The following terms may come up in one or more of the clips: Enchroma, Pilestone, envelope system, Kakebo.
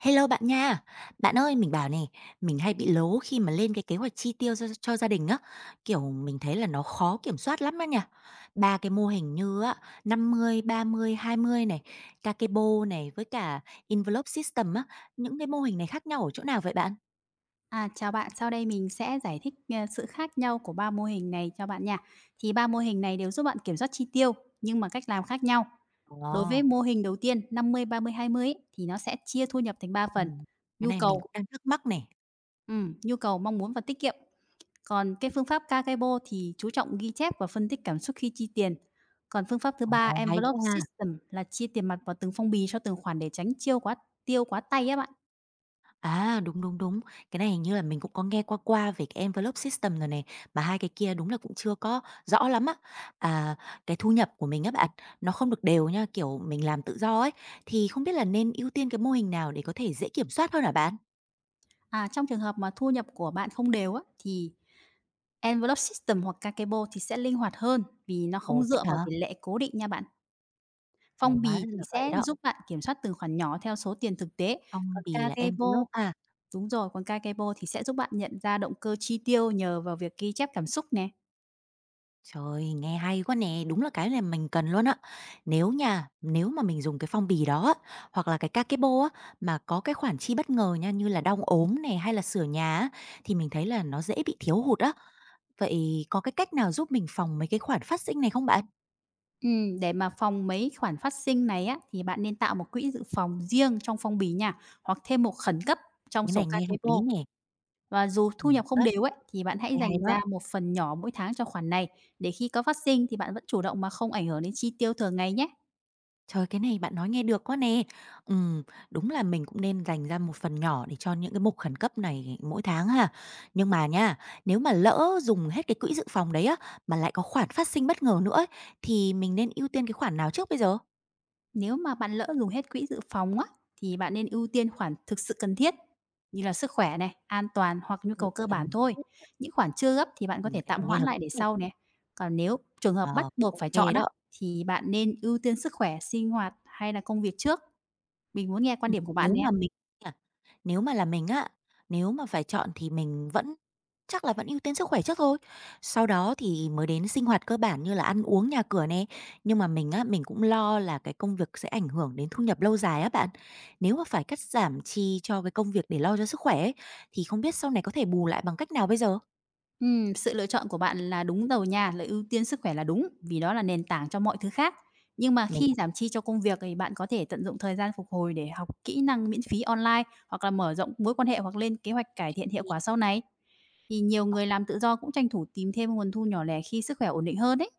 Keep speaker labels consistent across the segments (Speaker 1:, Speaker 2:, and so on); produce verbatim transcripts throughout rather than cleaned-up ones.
Speaker 1: Hello bạn nha. Bạn ơi, mình bảo này, mình hay bị lố khi mà lên cái kế hoạch chi tiêu cho cho gia đình á, kiểu, mình thấy là nó khó kiểm soát lắm á nha. Ba cái mô hình như á, năm mươi, ba mươi, hai mươi này, Kakebo này với cả envelope system á, những cái mô hình này khác nhau ở chỗ nào vậy bạn?
Speaker 2: À, chào bạn, sau đây mình sẽ giải thích, ờ, sự khác nhau của ba mô hình này cho bạn nha. Thì ba mô hình này đều giúp bạn kiểm soát chi tiêu, nhưng mà cách làm khác nhau. Đối
Speaker 1: Ồ.
Speaker 2: với mô hình đầu tiên năm mươi ba mươi hai mươi ấy, thì nó sẽ chia thu nhập thành ba phần:
Speaker 1: Ừm, cái
Speaker 2: nhu
Speaker 1: này mình
Speaker 2: cầu,
Speaker 1: cũng đang thắc mắc này.
Speaker 2: ừm, nhu cầu, mong muốn và tiết kiệm. Còn cái phương pháp Kakebo thì chú trọng ghi chép và phân tích cảm xúc khi chi tiền. Còn phương pháp thứ ba
Speaker 1: Ồ, hay
Speaker 2: envelope
Speaker 1: quá ha.
Speaker 2: system là chia tiền mặt vào từng phong bì cho từng khoản để tránh chiêu quá tiêu quá tay á bạn.
Speaker 1: À, đúng, đúng, đúng. Cái này hình như là mình cũng có nghe qua qua về cái envelope system rồi này mà hai cái kia đúng là cũng chưa có rõ lắm á. À, cái thu nhập của mình á bạn, nó không được đều nha, kiểu, mình làm tự do ấy, thì không biết là nên ưu tiên cái mô hình nào để có thể dễ kiểm soát hơn hả bạn?
Speaker 2: À, trong trường hợp mà thu nhập của bạn không đều á, thì envelope system hoặc Kakebo thì sẽ linh hoạt hơn vì nó không
Speaker 1: Ồ, vậy
Speaker 2: dựa vào
Speaker 1: hả?
Speaker 2: tỷ lệ cố định nha bạn.
Speaker 1: Ồ,
Speaker 2: Phong
Speaker 1: hóa ra
Speaker 2: bì thì
Speaker 1: là vậy
Speaker 2: sẽ
Speaker 1: đó,
Speaker 2: giúp bạn kiểm soát từng khoản nhỏ theo số tiền thực tế,
Speaker 1: phong
Speaker 2: còn
Speaker 1: bì là
Speaker 2: Kakebo,
Speaker 1: envelope à.
Speaker 2: đúng rồi, còn Kakebo thì sẽ giúp bạn nhận ra động cơ chi tiêu nhờ vào việc ghi chép cảm xúc nè.
Speaker 1: Trời, nghe hay quá nè, đúng là cái này mình cần luôn á. Nếu nha, nếu mà mình dùng cái phong bì đó á, hoặc là cái Kakebo á, mà có cái khoản chi bất ngờ nha, như là đau ốm này hay là sửa nhà á, thì mình thấy là nó dễ bị thiếu hụt á. Vậy có cái cách nào giúp mình phòng mấy cái khoản phát sinh này không bạn?
Speaker 2: Ừm, để mà phòng mấy khoản phát sinh này á, thì bạn nên tạo một quỹ dự phòng riêng trong phong bì nha, hoặc thêm một khẩn cấp trong
Speaker 1: Cái
Speaker 2: sổ
Speaker 1: này nghe hợp lý
Speaker 2: Kakebo.
Speaker 1: nè.
Speaker 2: Và dù
Speaker 1: Ừ,
Speaker 2: thu nhập không
Speaker 1: ấp,
Speaker 2: đều ấy, thì bạn hãy
Speaker 1: cái hay
Speaker 2: dành
Speaker 1: đó.
Speaker 2: ra một phần nhỏ mỗi tháng cho khoản này, để khi có phát sinh thì bạn vẫn chủ động mà không ảnh hưởng đến chi tiêu thường ngày nhé.
Speaker 1: Trời, cái này bạn nói nghe được quá nè. Ừm, đúng là mình cũng nên dành ra một phần nhỏ để cho những cái mục khẩn cấp này mỗi tháng ha. Nhưng mà nha, nếu mà lỡ dùng hết cái quỹ dự phòng đấy á, mà lại có khoản phát sinh bất ngờ nữa ấy, thì mình nên ưu tiên cái khoản nào trước bây giờ?
Speaker 2: Nếu mà bạn lỡ dùng hết quỹ dự phòng á, thì bạn nên ưu tiên khoản thực sự cần thiết, như là sức khỏe này, an toàn hoặc nhu
Speaker 1: Ừ,
Speaker 2: cầu cơ bản
Speaker 1: cần
Speaker 2: thôi.
Speaker 1: thiết,
Speaker 2: Những khoản chưa gấp thì bạn có
Speaker 1: ừm,
Speaker 2: thể
Speaker 1: cái
Speaker 2: tạm
Speaker 1: này nghe
Speaker 2: hoãn
Speaker 1: hợp
Speaker 2: lại
Speaker 1: lý
Speaker 2: để
Speaker 1: nè.
Speaker 2: sau nè. Còn nếu trường hợp bắt
Speaker 1: Ờ,
Speaker 2: buộc
Speaker 1: ô
Speaker 2: phải chọn á,
Speaker 1: đó.
Speaker 2: thì bạn nên ưu tiên sức khỏe, sinh hoạt hay là công việc trước. Mình muốn nghe quan
Speaker 1: Ừm,
Speaker 2: điểm của bạn
Speaker 1: nếu
Speaker 2: nè.
Speaker 1: mà mình nha, nếu mà là mình á, nếu mà phải chọn thì mình vẫn chắc là vẫn ưu tiên sức khỏe trước thôi, sau đó thì mới đến sinh hoạt cơ bản như là ăn uống, nhà cửa nè. Nhưng mà mình á, mình cũng lo là cái công việc sẽ ảnh hưởng đến thu nhập lâu dài á bạn. Nếu mà phải cắt giảm chi cho cái công việc để lo cho sức khỏe ấy, thì không biết sau này có thể bù lại bằng cách nào bây giờ?
Speaker 2: Ừm, sự lựa chọn của bạn là đúng đầu nha, là ưu tiên sức khỏe là đúng, vì đó là nền tảng cho mọi thứ khác. Nhưng mà
Speaker 1: Mình
Speaker 2: khi giảm chi cho công việc thì bạn có thể tận dụng thời gian phục hồi để học kỹ năng miễn phí online, hoặc là mở rộng mối quan hệ, hoặc lên kế hoạch cải thiện hiệu quả sau này. Thì nhiều người làm tự do cũng tranh thủ tìm thêm nguồn thu nhỏ lẻ khi sức khỏe ổn định hơn đấy.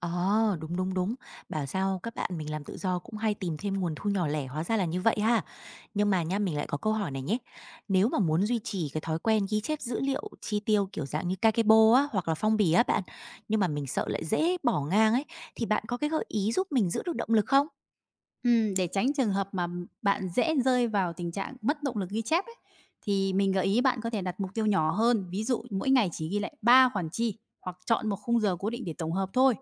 Speaker 1: Ờ, đúng, đúng, đúng. Bảo sao các bạn mình làm tự do cũng hay tìm thêm nguồn thu nhỏ lẻ, hóa ra là như vậy ha. Nhưng mà nha, mình lại có câu hỏi này nhé. Nếu mà muốn duy trì cái thói quen ghi chép dữ liệu chi tiêu kiểu dạng như Kakebo á, hoặc là phong bì á bạn, nhưng mà mình sợ lại dễ bỏ ngang ấy, thì bạn có cái gợi ý giúp mình giữ được động lực không?
Speaker 2: Ừm, để tránh trường hợp mà bạn dễ rơi vào tình trạng mất động lực ghi chép ấy, thì mình gợi ý bạn có thể đặt mục tiêu nhỏ hơn, ví dụ mỗi ngày chỉ ghi lại ba khoản chi, hoặc chọn một khung giờ cố định để tổng hợp thôi.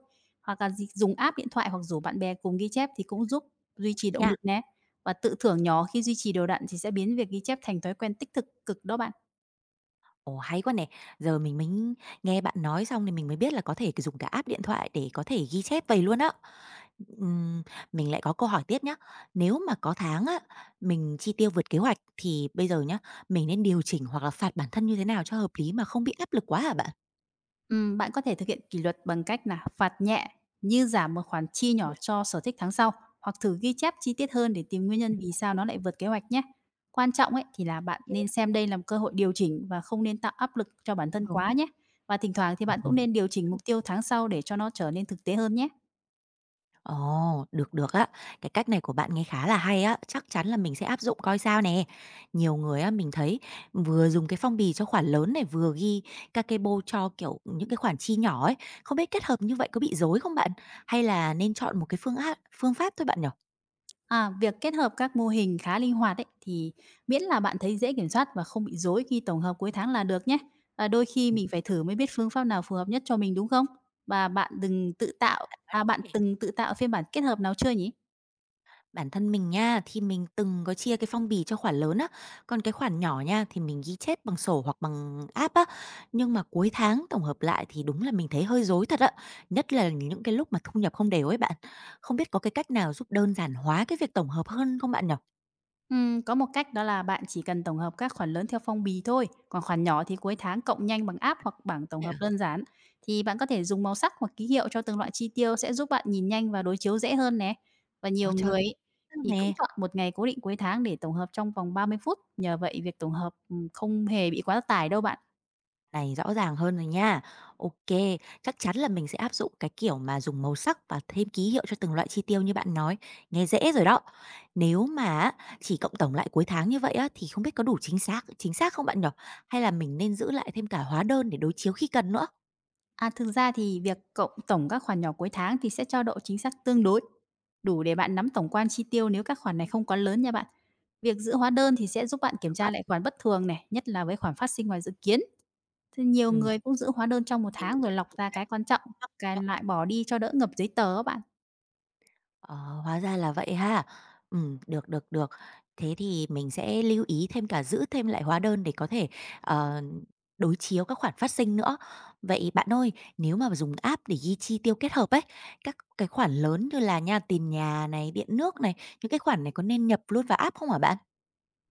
Speaker 2: Hoặc là gì- dùng app điện thoại hoặc rủ bạn bè cùng ghi chép thì cũng giúp duy trì động
Speaker 1: Nha.
Speaker 2: lực nè. Và tự thưởng nhỏ khi duy trì đều đặn thì sẽ biến việc ghi chép thành thói quen tích cực cực đó bạn.
Speaker 1: Ồ hay quá nè. Giờ mình mới nghe bạn nói xong thì mình mới biết là có thể dùng cả app điện thoại để có thể ghi chép vậy luôn á. Ừm, mình lại có câu hỏi tiếp nhá. Nếu mà có tháng á, mình chi tiêu vượt kế hoạch thì bây giờ nhá, mình nên điều chỉnh hoặc là phạt bản thân như thế nào cho hợp lý mà không bị áp lực quá hả bạn?
Speaker 2: Ừm, bạn có thể thực hiện kỷ luật bằng cách là phạt nhẹ, như giảm một khoản chi nhỏ cho sở thích tháng sau, hoặc thử ghi chép chi tiết hơn để tìm nguyên nhân vì sao nó lại vượt kế hoạch nhé. Quan trọng ấy thì là bạn nên xem đây là một cơ hội điều chỉnh và không nên tạo áp lực cho bản thân
Speaker 1: Đúng.
Speaker 2: quá nhé. Và thỉnh thoảng thì bạn cũng
Speaker 1: Ừm.
Speaker 2: nên điều chỉnh mục tiêu tháng sau để cho nó trở nên thực tế hơn nhé.
Speaker 1: Ồ, được được á. Cái cách này của bạn nghe khá là hay á, chắc chắn là mình sẽ áp dụng coi sao nè. Nhiều người á mình thấy vừa dùng cái phong bì cho khoản lớn này, vừa ghi các cái bô cho, kiểu, những cái khoản chi nhỏ ấy, không biết kết hợp như vậy có bị rối không bạn? Hay là nên chọn một cái phương á phương pháp thôi bạn nhỉ?
Speaker 2: À, việc kết hợp các mô hình khá linh hoạt ấy, thì miễn là bạn thấy dễ kiểm soát và không bị rối khi tổng hợp cuối tháng là được nhé. À, đôi khi mình phải thử mới biết phương pháp nào phù hợp nhất cho mình đúng không? Và bạn đừng tự tạo, à bạn
Speaker 1: Ê,
Speaker 2: từng tự tạo phiên bản kết hợp nào chưa nhỉ?
Speaker 1: bản thân mình nha, thì mình từng có chia cái phong bì cho khoản lớn á, còn cái khoản nhỏ nha thì mình ghi chép bằng sổ hoặc bằng app á. Nhưng mà cuối tháng tổng hợp lại thì đúng là mình thấy hơi rối thật á, nhất là những cái lúc mà thu nhập không đều ấy bạn. Không biết có cái cách nào giúp đơn giản hóa cái việc tổng hợp hơn không bạn nhỉ?
Speaker 2: Ừm, có một cách đó là bạn chỉ cần tổng hợp các khoản lớn theo phong bì thôi, còn khoản nhỏ thì cuối tháng cộng nhanh bằng app hoặc bảng tổng
Speaker 1: Thế à?
Speaker 2: hợp đơn giản. Thì bạn có thể dùng màu sắc hoặc ký hiệu cho từng loại chi tiêu, sẽ giúp bạn nhìn nhanh và đối chiếu dễ hơn nè. Và
Speaker 1: Có
Speaker 2: nhiều
Speaker 1: chơi
Speaker 2: người
Speaker 1: cái
Speaker 2: ấy, thì cũng
Speaker 1: nè.
Speaker 2: chọn một ngày cố định cuối tháng để tổng hợp trong vòng ba mươi phút, nhờ vậy việc tổng hợp ừm, không hề bị quá tải đâu bạn.
Speaker 1: Này rõ ràng hơn rồi nha. OK, chắc chắn là mình sẽ áp dụng cái kiểu mà dùng màu sắc và thêm ký hiệu cho từng loại chi tiêu như bạn nói, nghe dễ rồi đó. Nếu mà á, chỉ cộng tổng lại cuối tháng như vậy á, thì không biết có đủ chính xác chính xác không bạn nhỉ? Hay là mình nên giữ lại thêm cả hóa đơn để đối chiếu khi cần nữa?
Speaker 2: À, thực ra thì việc cộng tổng các khoản nhỏ cuối tháng thì sẽ cho độ chính xác tương đối, đủ để bạn nắm tổng quan chi tiêu nếu các khoản này không quá lớn nha bạn. Việc giữ hóa đơn thì sẽ giúp bạn kiểm
Speaker 1: Đó,
Speaker 2: tra lại khoản bất thường này, nhất là với khoản phát sinh ngoài dự kiến. Thì nhiều
Speaker 1: ừm.
Speaker 2: người cũng giữ hóa đơn trong một tháng rồi lọc ra cái quan trọng, cái lại bỏ đi cho đỡ ngập giấy tờ á bạn.
Speaker 1: Ờ, hóa ra là vậy ha. Ừm, được, được, được. Thế thì mình sẽ lưu ý thêm cả giữ thêm lại hóa đơn để có thể, ờ, đối chiếu các khoản phát sinh nữa. Vậy bạn ơi, nếu mà dùng app để ghi chi tiêu kết hợp ấy, các cái khoản lớn như là nha, tiền nhà này, điện nước này, những cái khoản này có nên nhập luôn vào app không hả bạn?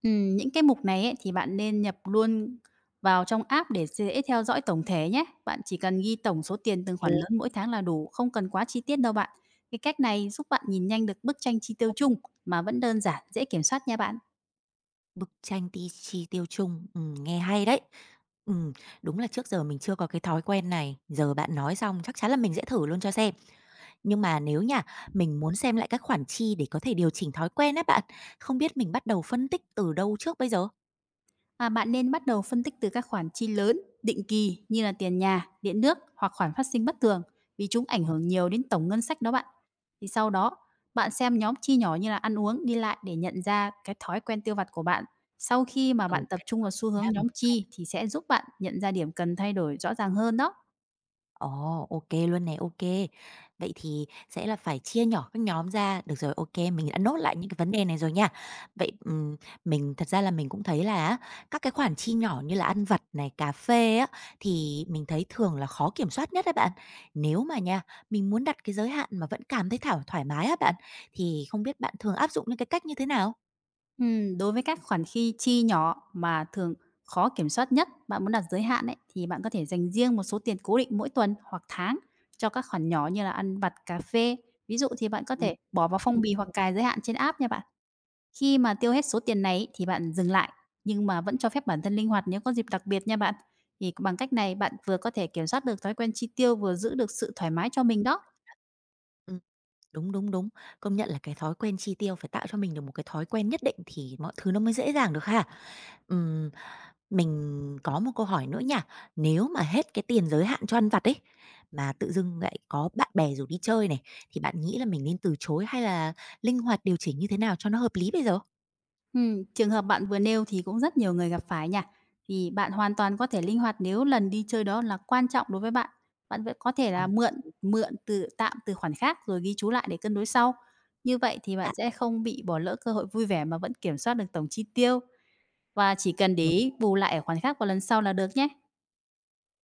Speaker 2: Ừm, những cái mục này ấy, thì bạn nên nhập luôn vào trong app để dễ theo dõi tổng thể nhé. Bạn chỉ cần ghi tổng số tiền từng khoản lớn mỗi tháng là đủ, không cần quá chi tiết đâu bạn. Cái cách này giúp bạn nhìn nhanh được bức tranh chi tiêu chung mà vẫn đơn giản, dễ kiểm soát nha bạn.
Speaker 1: Bức tranh ti chi tiêu chung, ừm, nghe hay đấy. Ừm, đúng là trước giờ mình chưa có cái thói quen này, giờ bạn nói xong chắc chắn là mình sẽ thử luôn cho xem. Nhưng mà nếu nha, mình muốn xem lại các khoản chi để có thể điều chỉnh thói quen á bạn, không biết mình bắt đầu phân tích từ đâu trước bây giờ?
Speaker 2: À, bạn nên bắt đầu phân tích từ các khoản chi lớn, định kỳ như là tiền nhà, điện nước, hoặc khoản phát sinh bất thường, vì chúng ảnh
Speaker 1: Ờ,
Speaker 2: hưởng nhiều đến tổng ngân sách đó bạn. Thì sau đó, bạn xem nhóm chi nhỏ như là ăn uống, đi lại, để nhận ra cái thói quen tiêu vặt của bạn. Sau khi mà
Speaker 1: ừ,
Speaker 2: bạn tập
Speaker 1: cái
Speaker 2: trung
Speaker 1: đấy
Speaker 2: vào xu hướng
Speaker 1: nha.
Speaker 2: nhóm chi thì sẽ giúp bạn nhận ra điểm cần thay đổi rõ ràng hơn đó.
Speaker 1: Ồ, OK luôn này, OK. Vậy thì sẽ là phải chia nhỏ các nhóm ra. Được rồi, OK mình đã nốt lại những cái vấn đề này rồi nha. Vậy, ừm, mình thật ra là mình cũng thấy là á, các cái khoản chi nhỏ như là ăn vặt này, cà phê á, thì mình thấy thường là khó kiểm soát nhất đấy bạn. Nếu mà nha, mình muốn đặt cái giới hạn mà vẫn cảm thấy thảo thoải mái á bạn, thì không biết bạn thường áp dụng những cái cách như thế nào?
Speaker 2: Ừm, đối với các khoản chi chi nhỏ mà thường khó kiểm soát nhất, bạn muốn đặt giới hạn ấy, thì bạn có thể dành riêng một số tiền cố định mỗi tuần hoặc tháng cho các khoản nhỏ như là ăn vặt, cà phê. Ví dụ thì bạn có
Speaker 1: Ừm.
Speaker 2: thể bỏ vào phong bì hoặc cài giới hạn trên app nha bạn. Khi mà tiêu hết số tiền này ấy, thì bạn dừng lại, nhưng mà vẫn cho phép bản thân linh hoạt nếu có dịp đặc biệt nha bạn. Thì bằng cách này bạn vừa có thể kiểm soát được thói quen chi tiêu, vừa giữ được sự thoải mái cho mình đó.
Speaker 1: Ừm, đúng, đúng, đúng. Công nhận là cái thói quen chi tiêu phải tạo cho mình được một cái thói quen nhất định thì mọi thứ nó mới dễ dàng được ha. Ừm, mình có một câu hỏi nữa nha. Nếu mà hết cái tiền giới hạn cho ăn vặt ấy, mà tự dưng lại có bạn bè rủ đi chơi này, thì bạn nghĩ là mình nên từ chối hay là linh hoạt điều chỉnh như thế nào cho nó hợp lý bây giờ?
Speaker 2: Ừm, trường hợp bạn vừa nêu thì cũng rất nhiều người gặp phải nha. Thì bạn hoàn toàn có thể linh hoạt nếu lần đi chơi đó là quan trọng đối với bạn. Bạn vẫn có thể
Speaker 1: Ờ.
Speaker 2: là mượn mượn từ tạm từ khoản khác rồi ghi chú lại để cân đối sau. Như vậy thì
Speaker 1: bạn-
Speaker 2: bạn sẽ không bị bỏ lỡ cơ hội vui vẻ mà vẫn kiểm soát được tổng chi tiêu, và chỉ cần để ý bù lại ở khoản khác vào lần sau là được nhé.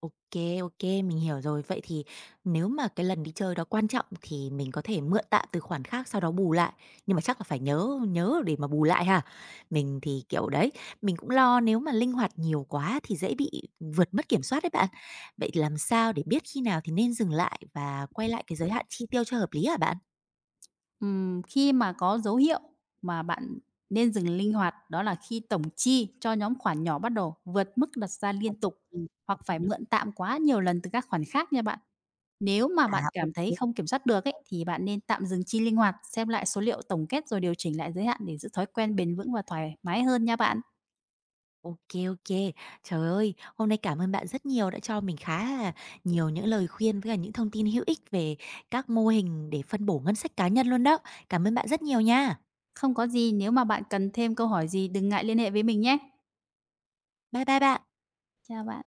Speaker 1: OK OK, mình hiểu rồi. Vậy thì nếu mà cái lần đi chơi đó quan trọng thì mình có thể mượn tạm từ khoản khác sau đó bù lại, nhưng mà chắc là phải nhớ nhớ để mà bù lại ha. Mình thì, kiểu, đấy, mình cũng lo nếu mà linh hoạt nhiều quá thì dễ bị vượt mất kiểm soát đấy bạn. Vậy làm sao để biết khi nào thì nên dừng lại và quay lại cái giới hạn chi tiêu cho hợp lý hả bạn?
Speaker 2: Ừm, khi mà có dấu hiệu mà bạn nên dừng linh hoạt đó là khi tổng chi cho nhóm khoản nhỏ bắt đầu vượt mức đặt ra liên tục,
Speaker 1: Ừm.
Speaker 2: hoặc phải mượn tạm quá nhiều lần từ các khoản khác nha bạn. Nếu mà
Speaker 1: À,
Speaker 2: bạn
Speaker 1: ô
Speaker 2: cảm thấy không kiểm soát được ấy, thì bạn nên tạm dừng chi linh hoạt, xem lại số liệu tổng kết rồi điều chỉnh lại giới hạn để giữ thói quen bền vững và thoải mái hơn nha bạn.
Speaker 1: OK OK. Trời ơi, hôm nay cảm ơn bạn rất nhiều đã cho mình khá là nhiều những lời khuyên với cả những thông tin hữu ích về các mô hình để phân bổ ngân sách cá nhân luôn đó. Cảm ơn bạn rất nhiều nha.
Speaker 2: Không có gì, nếu mà bạn cần thêm câu hỏi gì đừng ngại liên hệ với mình nhé.
Speaker 1: Bye bye bạn.
Speaker 2: Chào bạn.